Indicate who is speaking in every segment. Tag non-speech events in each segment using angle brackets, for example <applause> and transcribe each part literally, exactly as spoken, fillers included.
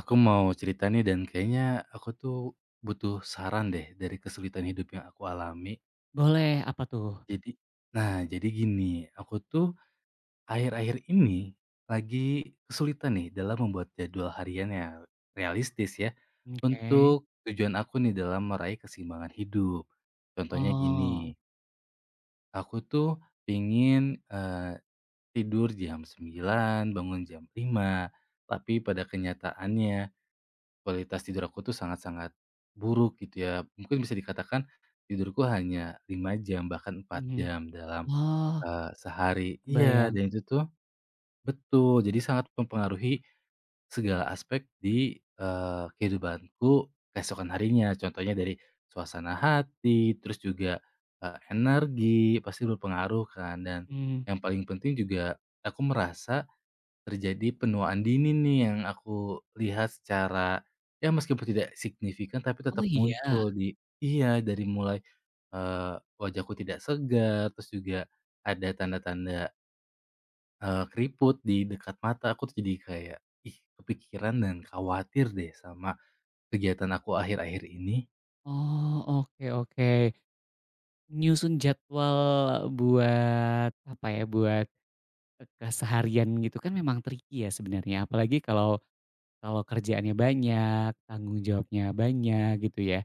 Speaker 1: Aku mau cerita nih dan kayaknya aku tuh butuh saran deh dari kesulitan hidup yang aku alami.
Speaker 2: Boleh, apa tuh?
Speaker 1: Jadi, nah jadi gini, aku tuh akhir-akhir ini lagi kesulitan nih dalam membuat jadwal harian yang realistis ya
Speaker 2: Oke.
Speaker 1: untuk tujuan aku nih dalam meraih keseimbangan hidup. Contohnya
Speaker 2: Oh,
Speaker 1: gini, aku tuh pingin eh, tidur jam sembilan bangun jam lima, tapi pada kenyataannya kualitas tidur aku tuh sangat-sangat buruk gitu ya. Mungkin bisa dikatakan tidurku hanya lima jam, bahkan empat
Speaker 2: mhm.
Speaker 1: jam dalam,
Speaker 2: Oh,
Speaker 1: eee, sehari. Iya,
Speaker 2: kebayang.
Speaker 1: dan itu tuh betul, jadi sangat mempengaruhi segala aspek di, eee, kehidupanku keesokan harinya. Contohnya dari suasana hati, terus juga, eee, energi, pasti berpengaruh kan. Dan
Speaker 2: Mmm.
Speaker 1: yang paling penting juga aku merasa terjadi penuaan dini nih yang aku lihat secara ya meskipun tidak signifikan tapi
Speaker 2: Oh,
Speaker 1: tetap
Speaker 2: iya?
Speaker 1: muncul di iya dari mulai, eee, wajahku tidak segar, terus juga ada tanda-tanda, eee, keriput di dekat mata, aku tuh jadi kayak, ih kepikiran dan khawatir deh sama kegiatan aku akhir-akhir ini.
Speaker 2: Oh, oke oke. Nyusun jadwal buat, apa ya, buat e keseharian gitu kan memang tricky ya sebenarnya, apalagi kalau kalau kerjaannya banyak, tanggung jawabnya banyak gitu ya,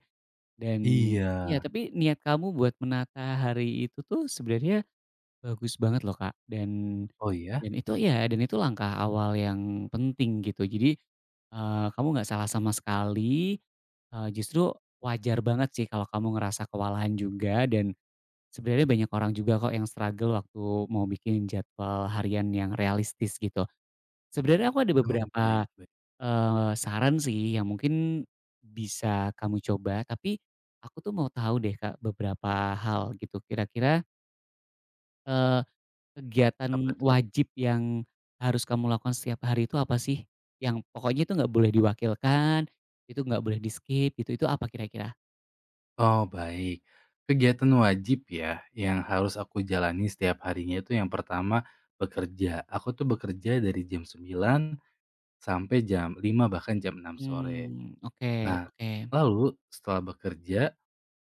Speaker 2: dan
Speaker 1: Iya.
Speaker 2: iya, tapi niat kamu buat menata hari itu tuh sebenarnya bagus banget loh, Kak, dan
Speaker 1: Oh ya?
Speaker 2: Dan itu ya dan itu langkah awal yang penting gitu. Jadi, eee, kamu nggak salah sama sekali, eee, justru wajar banget sih kalau kamu ngerasa kewalahan juga dan sebenarnya banyak orang juga kok yang struggle waktu mau bikin jadwal harian yang realistis gitu. Sebenarnya aku ada
Speaker 1: Oh,
Speaker 2: beberapa,
Speaker 1: baik baik.
Speaker 2: eee, saran sih yang mungkin bisa kamu coba, tapi aku tuh mau tahu deh, Kak, beberapa hal gitu. Kira-kira,
Speaker 1: Apa
Speaker 2: kegiatan
Speaker 1: tuh?
Speaker 2: wajib yang harus kamu lakukan setiap hari itu apa sih? Yang pokoknya itu nggak boleh diwakilkan, itu nggak boleh di-skip gitu, itu apa kira-kira?
Speaker 1: Oh, baik. Kegiatan wajib ya, yang harus aku jalani setiap harinya itu yang pertama bekerja. Aku tuh bekerja dari jam sembilan sampai jam lima bahkan jam enam sore.
Speaker 2: Mmm, oke
Speaker 1: Nah,
Speaker 2: oke.
Speaker 1: lalu setelah bekerja,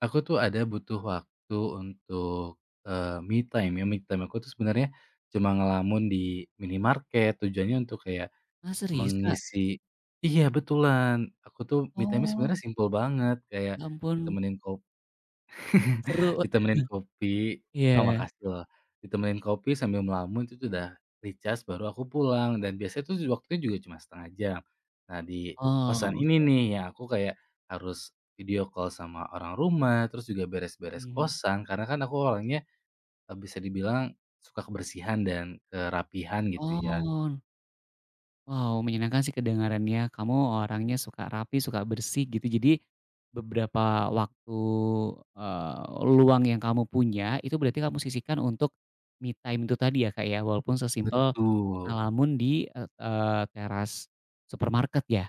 Speaker 1: aku tuh ada butuh waktu untuk eh, me time ya. Me time aku tuh sebenarnya cuma ngelamun di minimarket, tujuannya untuk kayak
Speaker 2: Ah, serius, Kak?
Speaker 1: mengisi. Iya, betulan. Aku tuh me time-nya
Speaker 2: Oh,
Speaker 1: sebenarnya simpel banget, kayak
Speaker 2: ya ampun,
Speaker 1: ditemenin <laughs>
Speaker 2: seru.
Speaker 1: ditemenin kopi, oh
Speaker 2: Iya.
Speaker 1: makasih loh, ditemenin kopi sambil melamun itu tuh udah recharge, baru aku pulang dan biasanya tuh waktunya juga cuma setengah jam. Nah di kosan
Speaker 2: Oh,
Speaker 1: ini nih ya aku kayak harus video call sama orang rumah, terus juga beres-beres
Speaker 2: mhm.
Speaker 1: kosan karena kan aku orangnya, eee, bisa dibilang suka kebersihan dan kerapihan gitu ya.
Speaker 2: Oh. Wow, menyenangkan sih kedengarannya. Kamu orangnya suka rapi, suka bersih gitu. Jadi beberapa waktu, eee, luang yang kamu punya itu berarti kamu sisihkan untuk me time itu tadi ya, Kak, ya? Walaupun sesimpel
Speaker 1: Betul.
Speaker 2: ngelamun di, et eee, teras supermarket ya?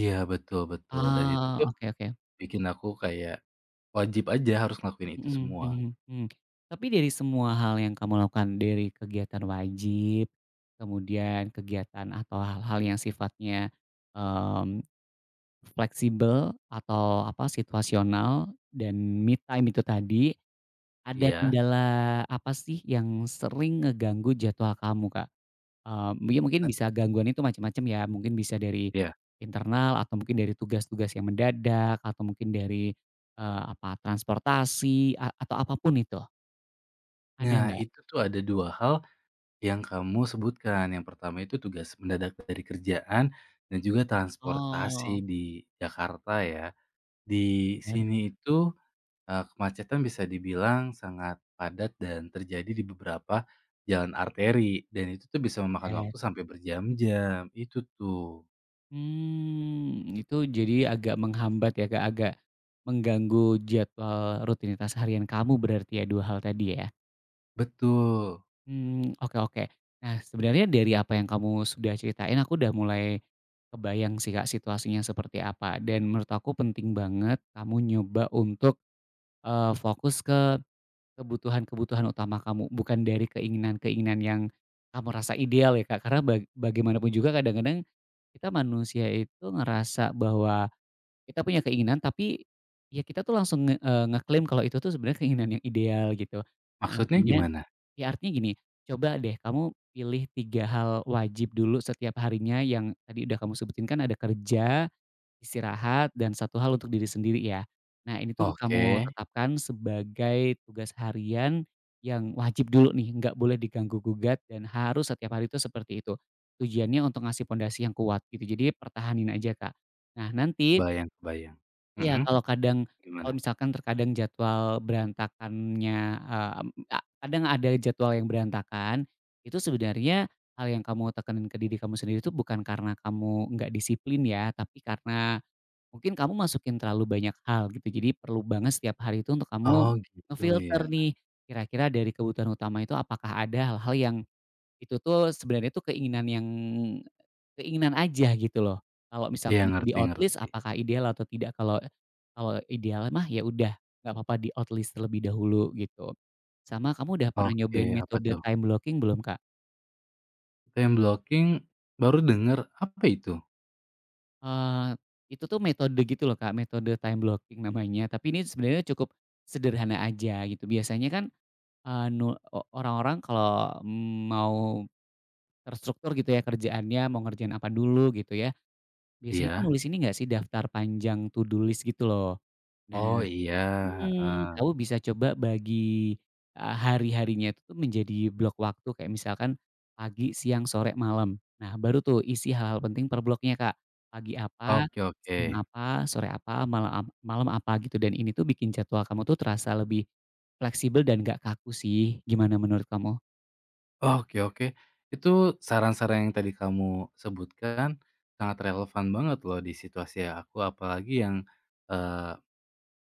Speaker 1: Iya betul betul dan itu
Speaker 2: Ah,
Speaker 1: tuh
Speaker 2: oke oke.
Speaker 1: bikin aku kayak wajib aja harus ngelakuin itu
Speaker 2: Mhm
Speaker 1: semua.
Speaker 2: mhm mhm. Tapi dari semua hal yang kamu lakukan, dari kegiatan wajib, kemudian kegiatan atau hal-hal yang sifatnya, mmm fleksibel atau apa, situasional dan me time itu tadi, ada
Speaker 1: Iya?
Speaker 2: kendala apa sih yang sering ngeganggu jadwal kamu, Kak? Eee, mungkin mungkin bisa gangguan itu macam-macam ya, mungkin bisa dari
Speaker 1: Iya.
Speaker 2: internal atau mungkin dari tugas-tugas yang mendadak atau mungkin dari, eee, apa, transportasi a atau apa pun itu, ada
Speaker 1: Nah,
Speaker 2: nggak?
Speaker 1: itu tuh ada dua hal yang kamu sebutkan. Yang pertama itu tugas mendadak dari kerjaan dan juga
Speaker 2: Oh,
Speaker 1: transportasi di Jakarta ya. Di
Speaker 2: bener,
Speaker 1: sini itu, eee, kemacetan bisa dibilang sangat padat dan terjadi di beberapa jalan arteri, dan itu tuh bisa memakan
Speaker 2: oke.
Speaker 1: waktu sampai berjam-jam, itu tuh.
Speaker 2: Hmm, itu jadi agak menghambat ya, Kak, agak mengganggu jadwal rutinitas harian kamu berarti ya dua hal tadi ya?
Speaker 1: Betul.
Speaker 2: Hmm, oke oke. Nah sebenarnya dari apa yang kamu sudah ceritain aku udah mulai kebayang sih, Kak, situasinya seperti apa dan menurut aku penting banget kamu nyoba untuk, eee, fokus ke kebutuhan-kebutuhan utama kamu, bukan dari keinginan-keinginan yang kamu rasa ideal ya, Kak, karena baga bagaimanapun juga kadang-kadang kita manusia itu ngerasa bahwa kita punya keinginan tapi, ya kita tuh langsung nge eee, ngeklaim kalau itu tuh sebenarnya keinginan yang ideal gitu. Nah
Speaker 1: Maksudnya
Speaker 2: artinya
Speaker 1: gimana?
Speaker 2: ya artinya gini, coba deh kamu pilih tiga hal wajib dulu setiap harinya yang tadi udah kamu sebutin kan ada kerja, istirahat, dan satu hal untuk diri sendiri ya. Nah ini tuh
Speaker 1: Oke,
Speaker 2: kamu tetapkan sebagai tugas harian yang wajib dulu nih, nggak boleh diganggu gugat dan harus setiap hari itu seperti itu. Tujuannya untuk ngasih pondasi yang kuat gitu, jadi pertahanin aja Kak. Nah nanti
Speaker 1: bayang-bayang.
Speaker 2: iya, kalau kadang kalau
Speaker 1: Gimana?
Speaker 2: misalkan terkadang jadwal berantakannya, eee, mmm, a kadang ada jadwal yang berantakan, itu sebenarnya hal yang kamu tekenin ke diri kamu sendiri itu bukan karena kamu nggak disiplin ya, tapi karena mungkin kamu masukin terlalu banyak hal gitu. Jadi perlu banget setiap hari itu untuk kamu
Speaker 1: Oh gitu
Speaker 2: ngefilter
Speaker 1: ya.
Speaker 2: nih, kira-kira dari kebutuhan utama itu apakah ada hal-hal yang itu tuh sebenarnya tuh keinginan yang keinginan aja gitu loh. Kalau
Speaker 1: Iya,
Speaker 2: misalkan itu di
Speaker 1: ngerti
Speaker 2: Mhm. outlist
Speaker 1: ngerti.
Speaker 2: apakah ideal atau tidak, kalau kalau ideal mah ya udah nggak apa-apa di outlist terlebih dahulu gitu. Sama kamu udah pernah
Speaker 1: Oke,
Speaker 2: nyobain
Speaker 1: apa
Speaker 2: metode
Speaker 1: tuh?
Speaker 2: time blocking belum, Kak?
Speaker 1: Time blocking baru denger, apa itu?
Speaker 2: Eee, itu tuh metode gitu loh, Kak, metode time blocking namanya, tapi ini sebenarnya cukup sederhana aja gitu. Biasanya kan, eee, nu o orang-orang kalau mau terstruktur gitu ya kerjaannya, mau ngerjain apa dulu gitu ya. Biasanya kan
Speaker 1: Iya?
Speaker 2: nulis ini nggak sih daftar panjang to do list gitu loh. Nah
Speaker 1: Oh iya,
Speaker 2: mhm,
Speaker 1: heeh.
Speaker 2: kamu bisa coba bagi, eee, hari-harinya itu tuh menjadi blok waktu kayak misalkan pagi, siang, sore, malam. Nah baru tuh isi hal-hal penting per bloknya, Kak. Pagi apa,
Speaker 1: Oke oke.
Speaker 2: siang apa, sore apa, malam ap malam apa gitu dan ini tuh bikin jadwal kamu tuh terasa lebih fleksibel dan nggak kaku sih. Gimana menurut kamu?
Speaker 1: Oke oke. Itu saran-saran yang tadi kamu sebutkan sangat relevan banget loh di situasi aku, apalagi yang, eee,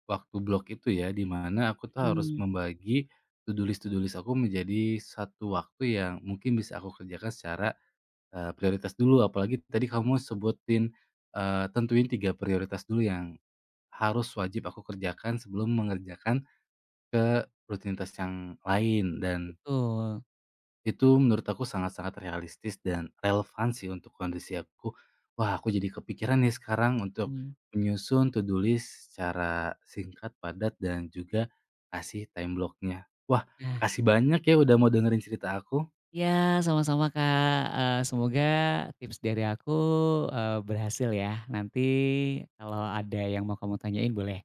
Speaker 1: waktu blok itu ya, di mana aku tuh harus
Speaker 2: Mhm.
Speaker 1: membagi to-do list to list aku menjadi satu waktu yang mungkin bisa aku kerjakan secara, eee, prioritas dulu, apalagi tadi kamu sebutin, eee, tentuin tiga prioritas dulu yang harus wajib aku kerjakan sebelum mengerjakan ke rutinitas yang lain dan
Speaker 2: Betul,
Speaker 1: itu menurut aku sangat-sangat realistis dan relevan sih untuk kondisi aku. Wah, aku jadi kepikiran nih sekarang untuk
Speaker 2: mhm.
Speaker 1: menyusun to do list secara singkat, padat, dan juga kasih time blocknya. nya Wah,
Speaker 2: Nah
Speaker 1: makasih banyak ya udah mau dengerin cerita aku.
Speaker 2: ya, sama-sama Kak, eee, semoga tips dari aku, eee, berhasil ya. Nanti kalau ada yang mau kamu tanyain boleh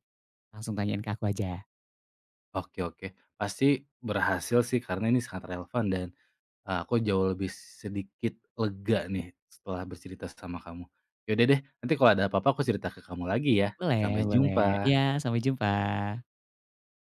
Speaker 2: langsung tanyain ke aku aja.
Speaker 1: Oke oke. Pasti berhasil sih karena ini sangat relevan dan, eee, aku jauh lebih sedikit lega nih setelah bercerita sama kamu. Yaudah deh, nanti kalau ada apa-apa aku cerita ke kamu lagi ya.
Speaker 2: Boleh
Speaker 1: Sampai
Speaker 2: boleh. Ya,
Speaker 1: jumpa.
Speaker 2: sampai jumpa.